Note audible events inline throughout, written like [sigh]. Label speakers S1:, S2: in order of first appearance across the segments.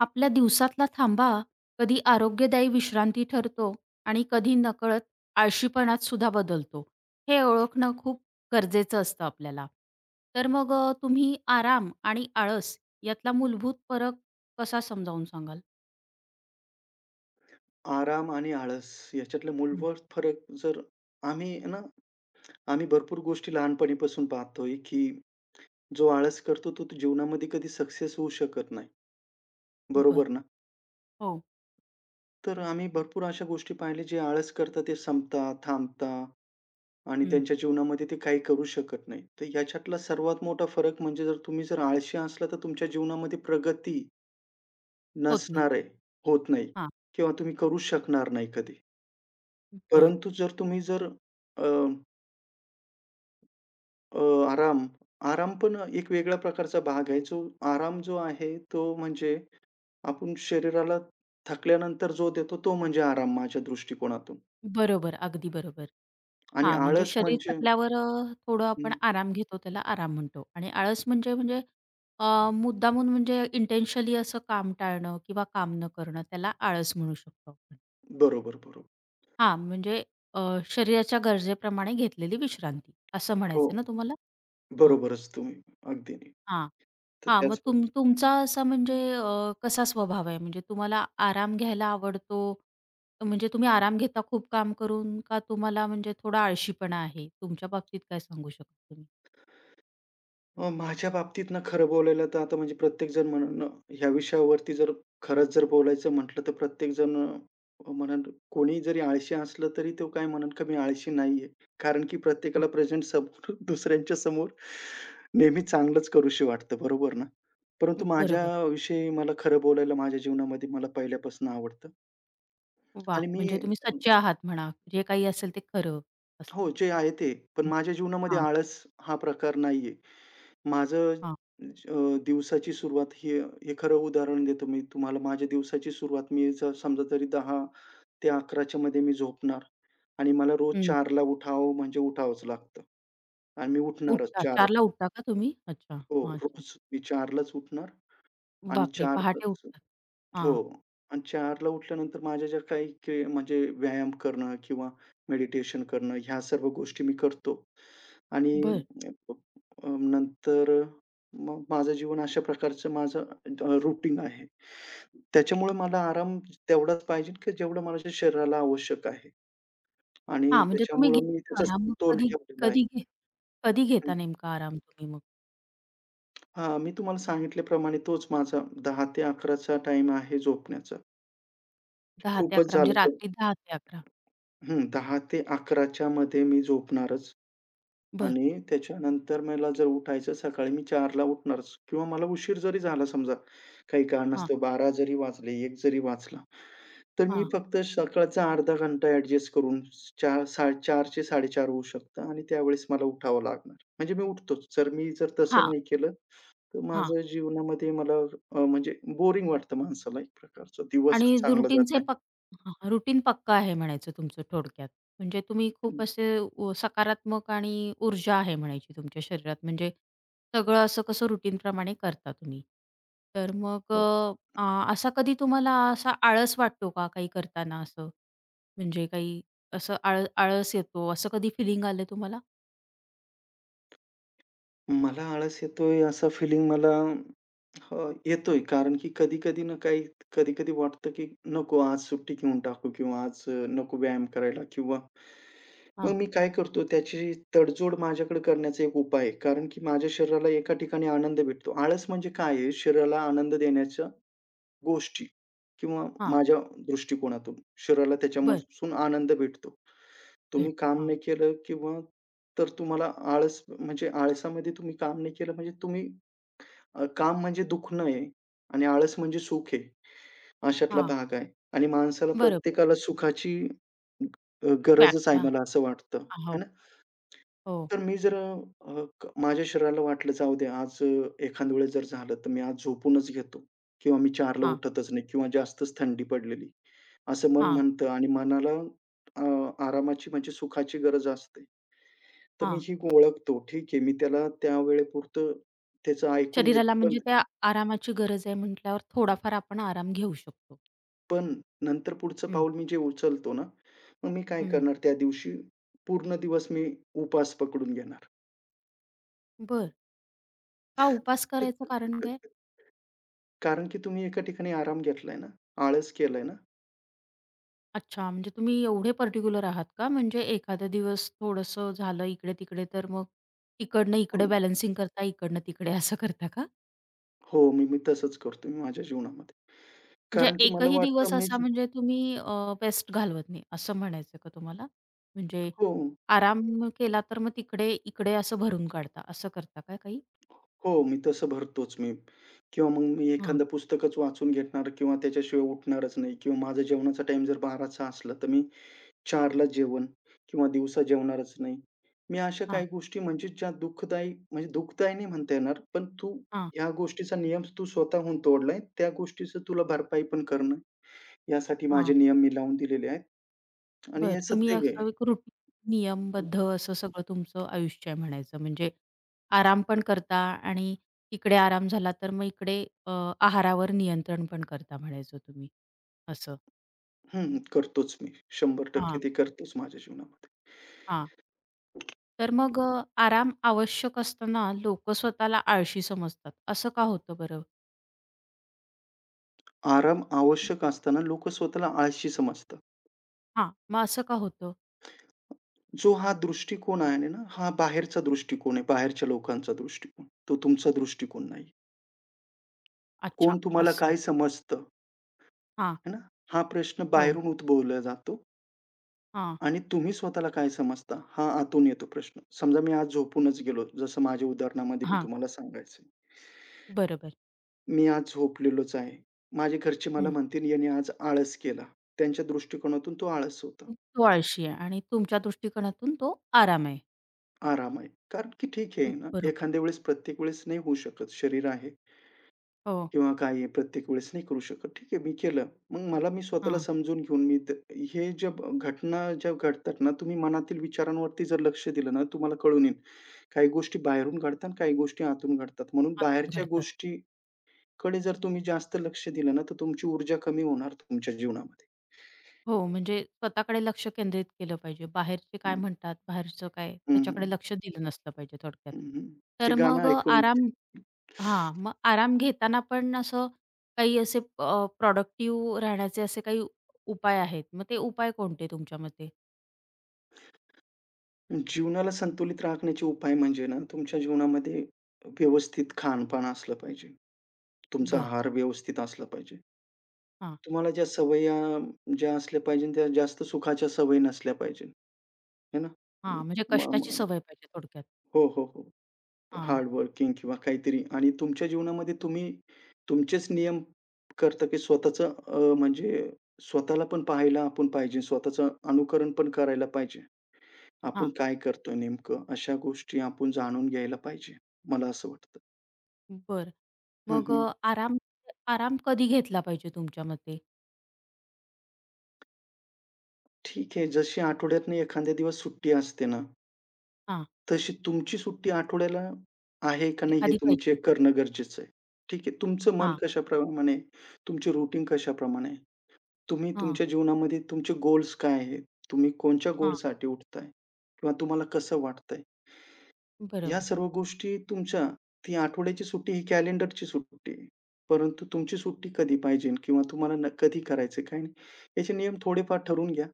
S1: आपल्या दिवसातला थांबा कधी आरोग्यदायी विश्रांती ठरतो आणि कधी नकळत आळशीपणात सुद्धा बदलतो हे ओळखणं खूप गरजेचं असतं आपल्याला. तर मग तुम्ही आराम आणि आळस यातला मूलभूत फरक कसा समजावून सांगाल?
S2: आराम आणि आळस याच्यातला
S1: हं,
S2: मूलभूत फरक. जर आम्ही आहे ना, आम्ही भरपूर गोष्टी लहानपणीपासून पाहतोय, की जो आळस करतो तो तो जीवनामध्ये कधी सक्सेस होऊ शकत नाही.
S1: बर.
S2: बरोबर ना?
S1: हो.
S2: तर आम्ही भरपूर अशा गोष्टी पाहिल्या, जे आळस करतात ते संपतात, थांबतात आणि
S1: हं,
S2: त्यांच्या जीवनामध्ये ते काही करू शकत नाही. तर याच्यातला सर्वात मोठा फरक म्हणजे जर तुम्ही आळशी असला, तर तुमच्या जीवनामध्ये प्रगती
S1: होत नाही.
S2: नसणार आहे, होत नाही
S1: हां.
S2: किंवा तुम्ही करू शकणार नाही कधी.
S1: बर.
S2: परंतु जर तुम्ही अ, आराम. आराम पण एक वेगळ्या प्रकारचा भाग आहे. आराम जो आहे तो म्हणजे आपण शरीराला थकल्यानंतर जो देतो तो म्हणजे आराम, माझ्या दृष्टिकोनातून.
S1: बरोबर, अगदी बरोबर.
S2: आणि
S1: हां, म्हणजे
S2: आळस
S1: शरीर
S2: म्हणजे
S1: थकल्यावर थोडं आपण
S2: हं,
S1: आराम घेतो, त्याला आराम म्हणतो. आणि आळस म्हणजे म्हणजे मुद्दामून म्हणजे इंटेन्शनली असं काम टाळणं किंवा काम न करणं, त्याला आळस म्हणू शकतो आपण.
S2: बरोबर, बरोबर.
S1: हां, म्हणजे अ, शरीराच्या गरजेप्रमाणे घेतलेली विश्रांती असं
S2: हो,
S1: म्हणायचं ना तुम्हाला? हां.
S2: बरोबरच तुम्ही. अगदी.
S1: हां.
S2: तर
S1: हां, मग
S2: त्याच
S1: तुमचा असा म्हणजे कसा स्वभाव आहे? म्हणजे तुम्हाला आराम घ्यायला आवडतो? म्हणजे तुम्ही आराम घेता खूप काम करून का तुम्हाला म्हणजे थोडा आळशीपणा आहे? तुमच्या बाबतीत काय सांगू शकता तुम्ही?
S2: माझ्या बाबतीत ना, खरं बोलायला तर आता म्हणजे प्रत्येकजण म्हणन ह्या विषयावरती खरंच जर बोलायचं म्हटलं, तर प्रत्येकजण, म्हणन, कोणी जरी आळशी असलं तरी तो काय म्हणन, का मी आळशी नाहीये. कारण की
S1: हां.
S2: प्रत्येकाला प्रेझेंट समोर [laughs] दुसऱ्यांच्या समोर नेहमी चांगलंच करूशी वाटतं, बरोबर ना? परंतु
S1: बरोबर.
S2: माझ्याविषयी मला खरं बोलायला, माझ्या जीवनामध्ये मला पहिल्यापासून आवडतं
S1: वाह!
S2: आणि मी,
S1: म्हणजे तुम्ही सच्चे आहात म्हणा. जे काही असेल ते खरं असं.
S2: हो, जे आहे ते. पण माझ्या जीवनामध्ये
S1: हां,
S2: आळस हा प्रकार नाहीये. माझं
S1: हां.
S2: दिवसाची सुरुवात, हे हे खरं उदाहरण देतो मी तुम्हाला. माझ्या दिवसाची सुरुवात, मी जर समजा तरी 10 ते 11च्या मध्ये मी झोपणार आणि मला रोज
S1: हं.
S2: 4ला उठावं म्हणजे उठावंच लागतं आणि मी उठणारच
S1: उठता
S2: 4.
S1: 4:00ला उठता का तुम्ही? अच्छा.
S2: हो,
S1: हां, अच्छा.
S2: रोज मी 4लाच उठणार आणि
S1: बापरे! पहाटे
S2: 4लाच.
S1: उठता.
S2: हो.
S1: हां,
S2: आणि 4:00ला उठल्यानंतर माझ्या ज्या काही के म्हणजे व्यायाम करणं किंवा मेडिटेशन करणं, ह्या सर्व गोष्टी मी करतो. आणि
S1: बरं.
S2: अ, अ, नंतर मग माझं जीवन अशा प्रकारचं, रूटीन आहे. त्याच्यामुळे मला आराम तेवढाच पाहिजे, की जेवढं माझ्या शरीराला आवश्यक आहे. आणि
S1: हां, म्हणजे तुम्ही
S2: त्याच्यामुळं मी
S1: घेता
S2: त्याचा
S1: आराम मग
S2: समतोल
S1: कधी
S2: ठेवलेला आहे.
S1: कधी घे कधी
S2: हं,
S1: घेता
S2: हं.
S1: नेमका आराम तुम्ही मग?
S2: मी तुम्हाला सांगितल्याप्रमाणे तोच माझा 10 ते 11चा टाईम आहे झोपण्याचा.
S1: 10 ते
S2: खूपच
S1: 11 म्हणजे
S2: झालं तर
S1: रात्री 10 ते 11.
S2: हं, 10:00 ते 11:00 च्या मध्ये मी झोपणारच.
S1: बरं.
S2: आणि त्याच्यानंतर मला जर उठायचं सकाळी, मी 4ला उठणारच किंवा मला उशीर जरी झाला समजा, काही
S1: हां,
S2: कारणास्तव 12 जरी वाजले, 1 जरी वाजला, तर मी
S1: हां,
S2: फक्त सकाळचा अर्धा घंटा ॲडजस्ट करून 4 4 चे 4:30 होऊ शकतं आणि त्यावेळेस मला उठावं लागणार. म्हणजे मी उठतोच. जर मी तसं
S1: हां,
S2: नाही केलं, तर
S1: हां.
S2: माझं जीवनामध्ये मला, म्हणजे बोरिंग वाटतं माणसाला एक प्रकारचं. दिवसच
S1: आणि
S2: चांगला जात नाही.
S1: रुटीन पक्का आहे म्हणायचं तुमचं थोडक्यात. म्हणजे तुम्ही खूप असे सकारात्मक आणि ऊर्जा आहे म्हणायची तुमच्या शरीरात. म्हणजे सगळं असं कसं रुटीनप्रमाणे करता तुम्ही. तर मग
S2: हो.
S1: अ, अ, असा कधी तुम्हाला असा आळस वाटतो का काही करताना असं? म्हणजे काही असं आळस येतो असं कधी फिलिंग आलं तुम्हाला?
S2: मला आळस येतोय असा फिलिंग मला, हं, येतोय. कारण की कधी-कधी ना काही कधी-कधी वाटतं की नको आज सुट्टी घेऊन टाकू किंवा आज नको व्यायाम करायला किंवा मग
S1: हां,
S2: मी काय करतो, त्याची तडजोड माझ्याकडे करण्याचा एक उपाय आहे. कारण की माझ्या शरीराला एका ठिकाणी आनंद भेटतो. आळस म्हणजे काय आहे? शरीराला आनंद देण्याच्या गोष्टी किंवा
S1: हां.
S2: माझ्या दृष्टिकोनातून शरीराला
S1: बरं.
S2: त्याच्यापासून आनंद भेटतो. तुम्ही
S1: भेटतो.
S2: काम
S1: हां,
S2: नाही केलं किंवा तर तुम्हाला आळस म्हणजे आळसामध्ये तुम्ही काम नाही केलं, म्हणजे तुम्ही, काम म्हणजे दुखणं आहे आणि आळस म्हणजे सुख आहे. अशातला
S1: हां.
S2: भाग आहे. आणि माणसाला,
S1: बरोबर.
S2: प्रत्येकाला सुखाची, गरजच आहे,
S1: व्याख्या.
S2: मला असं वाटतं, है
S1: हो,
S2: ना?
S1: हो.
S2: तर मी जर अ, क माझ्या शरीराला वाटलं, जाऊ दे आज, एखाद्या वेळेस जर झालं, तर मी आज झोपूनच घेतो किंवा मी 4ला
S1: हां,
S2: उठतच नाही किंवा जास्तच थंडी पडलेली, असं मन
S1: हां,
S2: म्हणतं आणि मनाला, अ, आरामाची म्हणजे सुखाची गरज असते. तर मी
S1: हां.
S2: ही ओळखतो. ठीक आहे, मी त्याला त्या वेळेपुरतं त्याचं ऐकून घेतो.
S1: शरीराला
S2: पण
S1: म्हणजे त्या आरामाची गरज आहे म्हटल्यावर थोडाफार आपण आराम घेऊ शकतो.
S2: पण नंतर पुढचं
S1: हं,
S2: पाऊल मी जे उचलतो ना, मग मी काय
S1: हं.
S2: करणार त्या दिवशी? पूर्ण दिवस मी उपास पकडून घेणार.
S1: बरं. का उपास करायचं कारण काय?
S2: [laughs] कारण की तुम्ही एका ठिकाणी आराम घेतलाय ना, आळस केलाय ना,
S1: अच्छा, म्हणजे तुम्ही एवढे पर्टिक्युलर आहात का? म्हणजे एखादा दिवस थोडंसं झालं इकडे-तिकडे तर मग इकडनं इकडे
S2: मग,
S1: बॅलन्सिंग करता, इकडनं तिकडे असं करता का?
S2: हो, मी मी तसंच करतो मी माझ्या जीवनामध्ये.
S1: म्हणजे
S2: कारण की मला
S1: एकही दिवस
S2: वाटतं, मी
S1: असा
S2: जे-
S1: म्हणजे तुम्ही घालवत नाही असं म्हणायचं का तुम्हाला? म्हणजे
S2: हो,
S1: आराम केला तर मग तिकडे, इकडे असं भरून काढता असं करता का काही?
S2: हो, मी तसं भरतोच मी किंवा मग मी एखादं पुस्तकच वाचून घेणार किंवा त्याच्याशिवाय उठणारच नाही किंवा माझा जेवणाचा टाईम जर 12चा असला, तर मी 4ला जेवण किंवा दिवसा जेवणारच नाही. मी अशा
S1: हां,
S2: काही गोष्टी म्हणजे ज्या दुःखदायी, म्हणजे दुःखदायी नाही म्हणता येणार, पण तू
S1: हां,
S2: ह्या गोष्टीचा नियम तू स्वतःहून तोडलाय, त्या गोष्टीचं तुला भरपाई पण करणं, यासाठी माझे
S1: हां.
S2: नियम मी लावून दिलेले आहेत आणि
S1: बरं.
S2: हे
S1: तुम्ही
S2: सत्य आहे.
S1: असं एक रूटीन
S2: हं,
S1: नियमबद्ध असं सगळं तुमचं आयुष्य आहे म्हणायचं. म्हणजे आराम पण करता आणि इकडे आराम झाला तर मग इकडे अ, आहारावर नियंत्रण पण करता म्हणायचं तुम्ही. असं.
S2: हं. करतोच मी.
S1: हां,
S2: 100% ते करतोच माझ्या जीवनामध्ये.
S1: हां. तर मग आराम आवश्यक असताना लोकं स्वतःला आळशी समजतात. असं का होतं बरं?
S2: आराम आवश्यक असताना लोकं स्वतःला आळशी समजतात.
S1: हां. मग असं का होतं?
S2: जो हा दृष्टिकोन आहे ना, हा बाहेरचा दृष्टिकोन आहे, बाहेरच्या लोकांचा दृष्टिकोन. तो तुमचा दृष्टिकोन नाही.
S1: अच्छा.
S2: कोण तुम्हाला
S1: असं.
S2: काय समजतं,
S1: हां.
S2: है ना? हा प्रश्न
S1: हो.
S2: बाहेरून उद्भवला जातो
S1: हां.
S2: आणि तुम्ही स्वतःला काय समजता, हा आतून येतो प्रश्न. समजा मी आज झोपूनच गेलो, जसं माझ्या उदाहरणामध्ये मी
S1: हां.
S2: तुम्हाला सांगायचंय.
S1: बरोबर.
S2: मी आज झोपलेलोच आहे. माझे घरचे मला
S1: हं.
S2: म्हणतील, "याने आज आळस केला." त्यांच्या दृष्टिकोनातून तो आळस होता.
S1: तो आळशी आहे आणि तुमच्या दृष्टिकोनातून तो आराम आहे.
S2: आराम आहे. कारण की ठीक आहे
S1: हं,
S2: ना,
S1: बरोबर.
S2: एखाद्या वेळेस, प्रत्येक वेळेस नाही होऊ शकत. शरीर आहे
S1: हो.
S2: किंवा काय आहे, प्रत्येक वेळेस नाही करू शकत. ठीक आहे, मी केलं. मग मला मी स्वतःला
S1: हां,
S2: समजून घेऊन मी त, हे ज्या घटना ज्या घडतात ना, तुम्ही मनातील विचारांवरती जर लक्ष दिलं ना, तुम्हाला कळून येईल. काही गोष्टी बाहेरून घडतात, काही गोष्टी आतून घडतात. म्हणून
S1: आतून
S2: बाहेरच्या
S1: घडतात.
S2: गोष्टीकडे जर तुम्ही जास्त लक्ष दिलं ना, तर तुमची ऊर्जा कमी होणार तुमच्या जीवनामध्ये.
S1: हो, म्हणजे स्वतःकडे लक्ष केंद्रित केलं पाहिजे. बाहेरचे काय म्हणतात, बाहेरचं काय
S2: हं, हं.
S1: त्याच्याकडे लक्ष दिलं नसलं पाहिजे थोडक्यात.
S2: हं, हं. ते
S1: तर
S2: गाणं
S1: मग
S2: ऐकून
S1: आराम. हां, मग आराम घेताना पण असं काही असे प्रॉडक्टिव्ह राहण्याचे असे काही उपाय आहेत. मग ते उपाय कोणते तुमच्या मते?
S2: जीवनाला संतुलित राखण्याचे उपाय म्हणजे ना, तुमच्या जीवनामध्ये व्यवस्थित खानपान असलं पाहिजे. तुमचा
S1: बरं.
S2: आहार व्यवस्थित असला पाहिजे.
S1: हां,
S2: तुम्हाला ज्या सवयी ज्या असल्या पाहिजे, त्या जास्त सुखाच्या सवयी नसल्या पाहिजे, है ना?
S1: हां, म्हणजे
S2: म म
S1: कष्टाची
S2: म
S1: सवय पाहिजे थोडक्यात.
S2: हो, हो, हो.
S1: हां,
S2: हार्ड वर्किंग किंवा काहीतरी, आणि तुमच्या जीवनामध्ये तुम्ही तुमचेच नियम करता, की स्वतःचं, म्हणजे स्वतःला पण पाहायला आपण पाहिजे, स्वतःचं अनुकरण पण करायला पाहिजे. आपण
S1: हां.
S2: काय करतोय नेमकं? अशा गोष्टी आपण जाणून घ्यायला पाहिजे, मला असं वाटतं.
S1: बरं.
S2: हं,
S1: मग
S2: हं.
S1: आराम आराम कधी घेतला पाहिजे तुमच्या मते?
S2: ठीक आहे, जशी आठवड्यातनं एखाद्या दिवस सुट्टी असते ना,
S1: हां,
S2: तशी तुमची सुट्टी आठवड्याला आहे का नाही, हे
S1: एखादी
S2: तुम्ही
S1: पाहिजे.
S2: चेक करणं गरजेचं आहे. ठीक आहे, तुमचं मन कशाप्रमाणे, तुमची रुटीन कशाप्रमाणे, तुम्ही
S1: हां.
S2: तुमच्या जीवनामध्ये तुमचे गोल्स काय आहेत? तुम्ही कोणच्या
S1: हां,
S2: गोलसाठी उठताय? किंवा तुम्हाला कसं वाटतंय? ह्या
S1: बरोबर.
S2: सर्व गोष्टी तुमच्या. ती आठवड्याची सुट्टी ही कॅलेंडरची सुट्टी आहे. परंतु तुमची सुट्टी कधी पाहिजे किंवा तुम्हाला न कधी करायचं काय नाही. याचे नियम थोडेफार ठरवून घ्या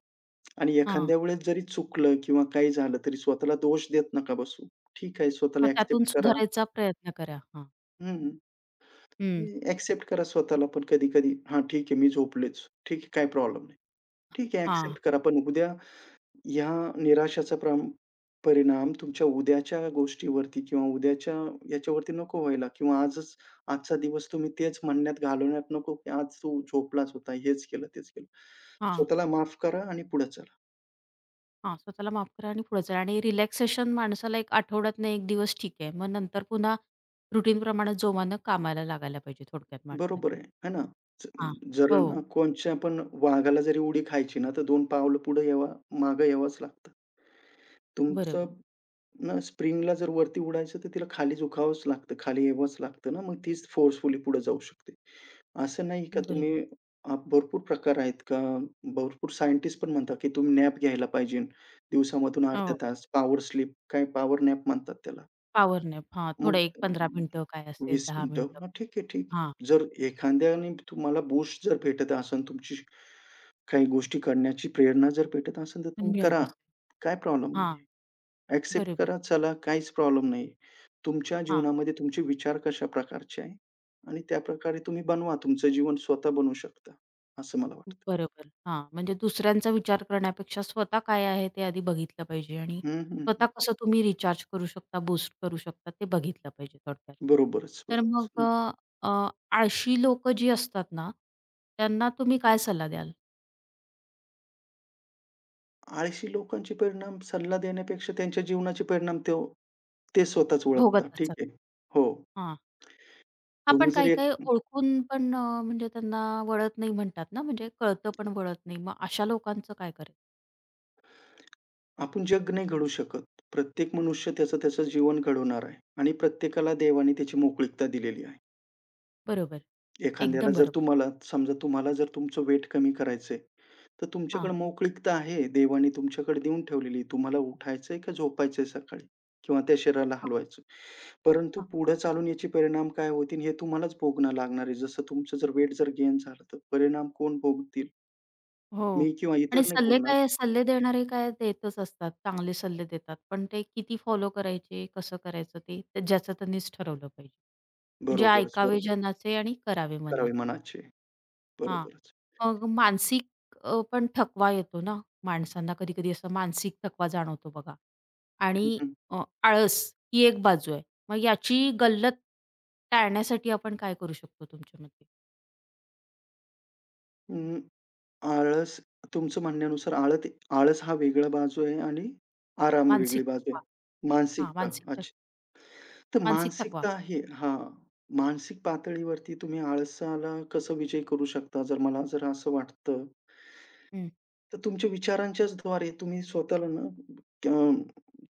S2: आणि
S1: हां,
S2: एखाद्या वेळेस जरी चुकलं किंवा काही झालं, तरी स्वतःला दोष देत नका बसू. ठीक आहे,
S1: मग
S2: स्वतःला
S1: त्यातून
S2: ॲक्सेप्ट करा.
S1: सुधारायचा प्रयत्न करा. हां.
S2: हं,
S1: हं.
S2: ॲक्सेप्ट करा स्वतःला पण कधी-कधी. हां, ठीक आहे, मी झोपलेच. ठीक आहे, काही प्रॉब्लेम नाही. ठीक आहे,
S1: हां,
S2: ॲक्सेप्ट करा. पण उद्या या निराशाचा परिणाम तुमच्या उद्याच्या गोष्टीवरती किंवा उद्याच्या याच्यावरती नको व्हायला किंवा आजचा दिवस तुम्ही तेच म्हणण्यात, घालवण्यात नको, की आज तू झोपलाच होता, हेच केलं, तेच केलं.
S1: हां,
S2: स्वतःला माफ करा आणि पुढे चला.
S1: हां. स्वतःला माफ करा आणि पुढे चला आणि रिलॅक्सेशन माणसाला एक आठवड्यातनं 1 दिवस ठीक आहे. मग नंतर पुन्हा रुटीनप्रमाणे जोमानं कामाला लागायला पाहिजे थोडक्यात
S2: बरोबर
S1: माणसांनी.
S2: आहे, है ना? ज
S1: हां.
S2: जर
S1: हो,
S2: ना कोणच्या पण वाघाला जरी उडी खायची ना, तर 2 पावलं पुढे यावं, मागे यावंच लागतं.
S1: बरोबर,
S2: तुमचं न स्प्रिंगला जर वरती उडायचं, तर तिला खाली झुकावंच लागतं. खाली यावंच लागतं ना, मग तीच फोर्सफुली पुढे जाऊ शकते. असं नाही का
S1: बरोबर.
S2: तुम्ही, भरपूर प्रकार आहेत का, भरपूर सायंटिस्ट पण म्हणतात, की तुम्ही नॅप घ्यायला पाहिजे. दिवसामधून अर्धा
S1: हो,
S2: तास पॉवर स्लीप, काय पॉवर नॅप म्हणतात त्याला.
S1: Power nap. हां, थोडं एक 15
S2: मग
S1: मिनिटं काय असेल,
S2: 20
S1: 10
S2: मिनिटं,
S1: मिनिटं.
S2: हां, ठीक आहे, ठीक
S1: हां,
S2: आहे. जर एखाद्याने तुम्हाला बूस्ट जर भेटत असेल, तुमची काही गोष्टी करण्याची प्रेरणा जर भेटत असेल, तर तुम्ही
S1: मिळत
S2: करा.
S1: असेल.
S2: काय प्रॉब्लेम
S1: हां,
S2: नाही, एक्सेप्ट
S1: बरोबर.
S2: करा, चला, काहीच प्रॉब्लेम नाही. तुमच्या
S1: हां.
S2: जीवनामध्ये तुमचे विचार कशा प्रकारचे आहे आणि त्याप्रकारे तुम्ही बनवा. तुमचं जीवन स्वतः बनवू शकता, असं मला वाटतं.
S1: बरोबर. हां, म्हणजे दुसऱ्यांचा विचार करण्यापेक्षा स्वतः काय आहे ते आधी बघितलं पाहिजे आणि
S2: हं, हं, हं.
S1: स्वतः कसं तुम्ही रिचार्ज करू शकता, बूस्ट करू शकता ते बघितलं पाहिजे थोडक्यात.
S2: बरोबरच,
S1: तर
S2: बरोबरच.
S1: मग
S2: नक्की.
S1: अ, अ, आळशी लोकं जी असतात ना, त्यांना तुम्ही काय सल्ला द्याल?
S2: आळशी लोकांचे परिणाम, सल्ला देण्यापेक्षा त्यांच्या जीवनाचे परिणाम ते ते स्वतःच
S1: भोगत
S2: ओळखतात. ठीक
S1: असतात.
S2: आहे. हो.
S1: हां. हां,
S2: तुम्ही
S1: पण
S2: जर एक
S1: काही-काही ओळखून पण म्हणजे त्यांना वळत नाही म्हणतात ना, म्हणजे कळतं पण वळत नाही. मग अशा लोकांचं काय करायचं?
S2: आपण जग नाही घडवू शकत. प्रत्येक मनुष्य त्याचं त्याचं जीवन घडवणार आहे आणि प्रत्येकाला देवाने त्याची मोकळीकता दिलेली आहे.
S1: बरोबर.
S2: एखाद्याला
S1: एकदम
S2: जर,
S1: बरोबर.
S2: तुम्हाला समजा जर तुमचं वेट कमी करायचंय, तर
S1: हां,
S2: तुमच्याकडे मोकळीकता आहे. देवाने तुमच्याकडे देऊन ठेवलेली. तुम्हाला उठायचंय का झोपायचंय सकाळी किंवा त्या शरीराला
S1: हां, हां.
S2: हलवायचं. परंतु पुढे चालून याचे परिणाम काय होतील, हे तुम्हालाच भोगावं लागणार आहे. जसं तुमचं वेट जर गेन झालं, तर परिणाम कोण भोगतील?
S1: हो.
S2: मी किंवा
S1: आणि
S2: इतर नाही
S1: सल्ले
S2: भोगणार.
S1: काय सल्ले देणारे काय देतच असतात. चांगले सल्ले देतात. पण ते किती फॉलो करायचे, कसं करायचं ते ते ज्याचं त्यांनीच ठरवलं पाहिजे. म्हणजे
S2: बरोबरच,
S1: ऐकावे
S2: बरोबर.
S1: जनाचे आणि करावे
S2: करावे
S1: मनाचे.
S2: मनाचे.
S1: हां.
S2: बरोबरच.
S1: मग मानसिक पण थकवा येतो ना माणसांना कधी-कधी असा मानसिक थकवा जाणवतो बघा. आणि
S2: हं, हं.
S1: अ, आळस ही एक बाजू आहे. मग याची गल्लत टाळण्यासाठी आपण काय करू शकतो तुमच्या मते?
S2: आळस, तुमचं म्हणण्यानुसार, आळस हा वेगळा बाजू आहे आणि आराम वेगळी
S1: मानसिक
S2: बाजू आहे.
S1: थकवा. हां,
S2: मानसिकता. अच्छा. तर
S1: मानसिक थकवा.
S2: मानसिकता आहे, हां. मानसिक पातळीवरती तुम्ही आळसाला कसं विजय करू शकता? जर मला असं वाटतं,
S1: हं.
S2: तर तुमच्या विचारांच्याच द्वारे तुम्ही स्वतःला ना, अ,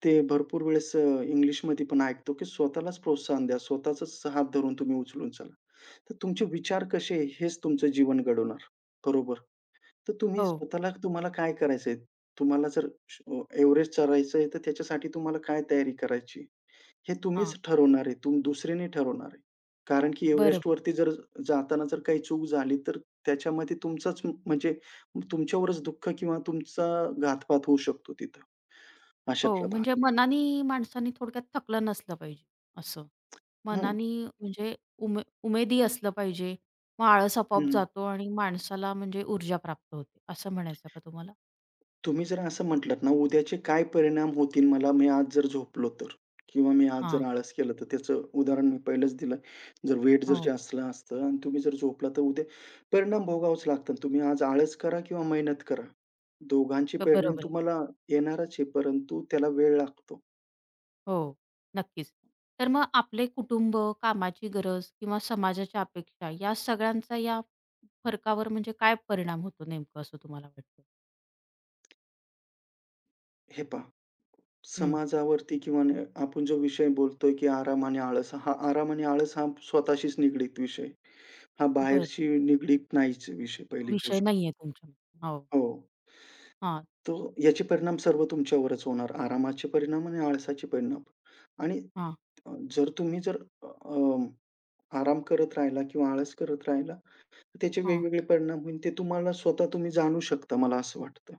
S2: ते भरपूर वेळेस इंग्लिशमध्ये पण ऐकतो, की स्वतःलाच प्रोत्साहन द्या. स्वतःचाच हात धरून तुम्ही उचलून चला. तर तुमचे विचार कसे, हेच तुमचं जीवन घडवणार. बरोबर. तर तुम्ही
S1: हो.
S2: स्वतःला, तुम्हाला काय करायचंय? तुम्हाला जर एव्हरेस्ट चढायचंय, तर त्याच्यासाठी तुम्हाला काय तयारी करायची? हे तुम्हीच
S1: हां.
S2: ठरवणार आहे. दुसरे नाही ठरवणार आहे. कारण की
S1: बरोबर.
S2: एव्हरेस्टवरती जाताना जर काही चूक झाली, तर त्याच्यामध्ये तुमचाच म्हणजे तुमच्यावरच दुःख किंवा तुमचा घातपात होऊ शकतो तिथं.
S1: हो,
S2: अशातला भाग
S1: म्हणजे
S2: आहे.
S1: मनाने माणसाने थोडक्यात थकलं नसलं पाहिजे असं.
S2: हं,
S1: मनाने म्हणजे उमे उमेदी असलं पाहिजे. मग आळस आपोआप
S2: हं.
S1: जातो आणि माणसाला म्हणजे ऊर्जा प्राप्त होते, असं म्हणायचं का तुम्हाला?
S2: तुम्ही जर असं म्हटलात ना, उद्याचे काय परिणाम होतील मला, मी आज जर झोपलो तर? किंवा मी आज जर
S1: हां,
S2: आळस केलं तर? त्याचं उदाहरण मी पहिलंच दिलं. वेट जर
S1: हो.
S2: जास्त असतं आणि तुम्ही जर झोपला, तर उद्या परिणाम भोगावेच लागतात. तुम्ही आज आळस करा किंवा मेहनत करा. दोघांचे
S1: तर
S2: परिणाम
S1: बरोबर आहे.
S2: तुम्हाला येणारच आहे, परंतु त्याला वेळ लागतो.
S1: हो, नक्कीच. तर मग आपले कुटुंब, कामाची गरज किंवा समाजाच्या अपेक्षा या सगळ्यांचा या फरकावर म्हणजे काय परिणाम होतो नेमकं असं तुम्हाला वाटतं?
S2: हे पहा,
S1: हं.
S2: समाजावरती किंवा आपण जो विषय बोलतोय, की आराम आणि आळस. हा आराम आणि आळस हा स्वतःशीच निगडीत विषय. हा
S1: बरं.
S2: बाहेरशी निगडीत नाहीच विषय, पहिली
S1: विषय
S2: गोष्ट.
S1: नाहीये तुमच्यामध्ये. हो.
S2: हो.
S1: हां,
S2: तो याचे परिणाम सर्व तुमच्यावरच होणार. आरामाचे परिणाम आणि आळसाचे परिणाम. आणि
S1: हां,
S2: जर तुम्ही अ, अ, आराम करत राहिला किंवा आळस करत राहिला, तर त्याचे
S1: हां.
S2: वेगवेगळे परिणाम होईल. ते तुम्हाला स्वतः तुम्ही जाणू शकता, मला असं वाटतं.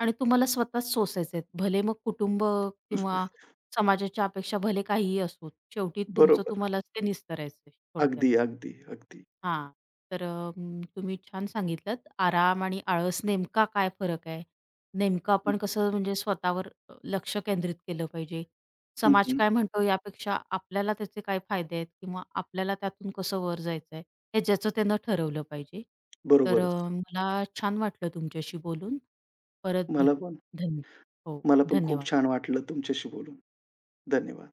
S1: आणि तुम्हाला स्वतःच सोसायचे आहेत. भले मग कुटुंब किंवा
S2: [laughs]
S1: समाजाच्या अपेक्षा भले काहीही असो, शेवटी तुमचं
S2: बरोबर.
S1: तुम्हालाच ते निस्तरायचं आहे थोडक्यात.
S2: अगदी, अगदी, अगदी.
S1: हां. तर तुम्ही छान सांगितलंत. आराम आणि आळस नेमका काय फरक आहे? नेमकं आपण
S2: हं,
S1: कसं म्हणजे स्वतःवर लक्ष केंद्रित केलं पाहिजे. समाज
S2: हं,
S1: काय म्हणतो यापेक्षा आपल्याला त्याचे काय फायदे आहेत किंवा आपल्याला त्यातून कसं वर जायचं आहे, हे ज्याचं त्यानं ठरवलं पाहिजे. तर
S2: बरोबरच.
S1: मला छान वाटलं तुमच्याशी बोलून. परत
S2: मला
S1: भेटू.
S2: पण
S1: धन्य हो,
S2: मला पण खूप
S1: धन्यवाद.
S2: छान वाटलं तुमच्याशी बोलून. धन्यवाद.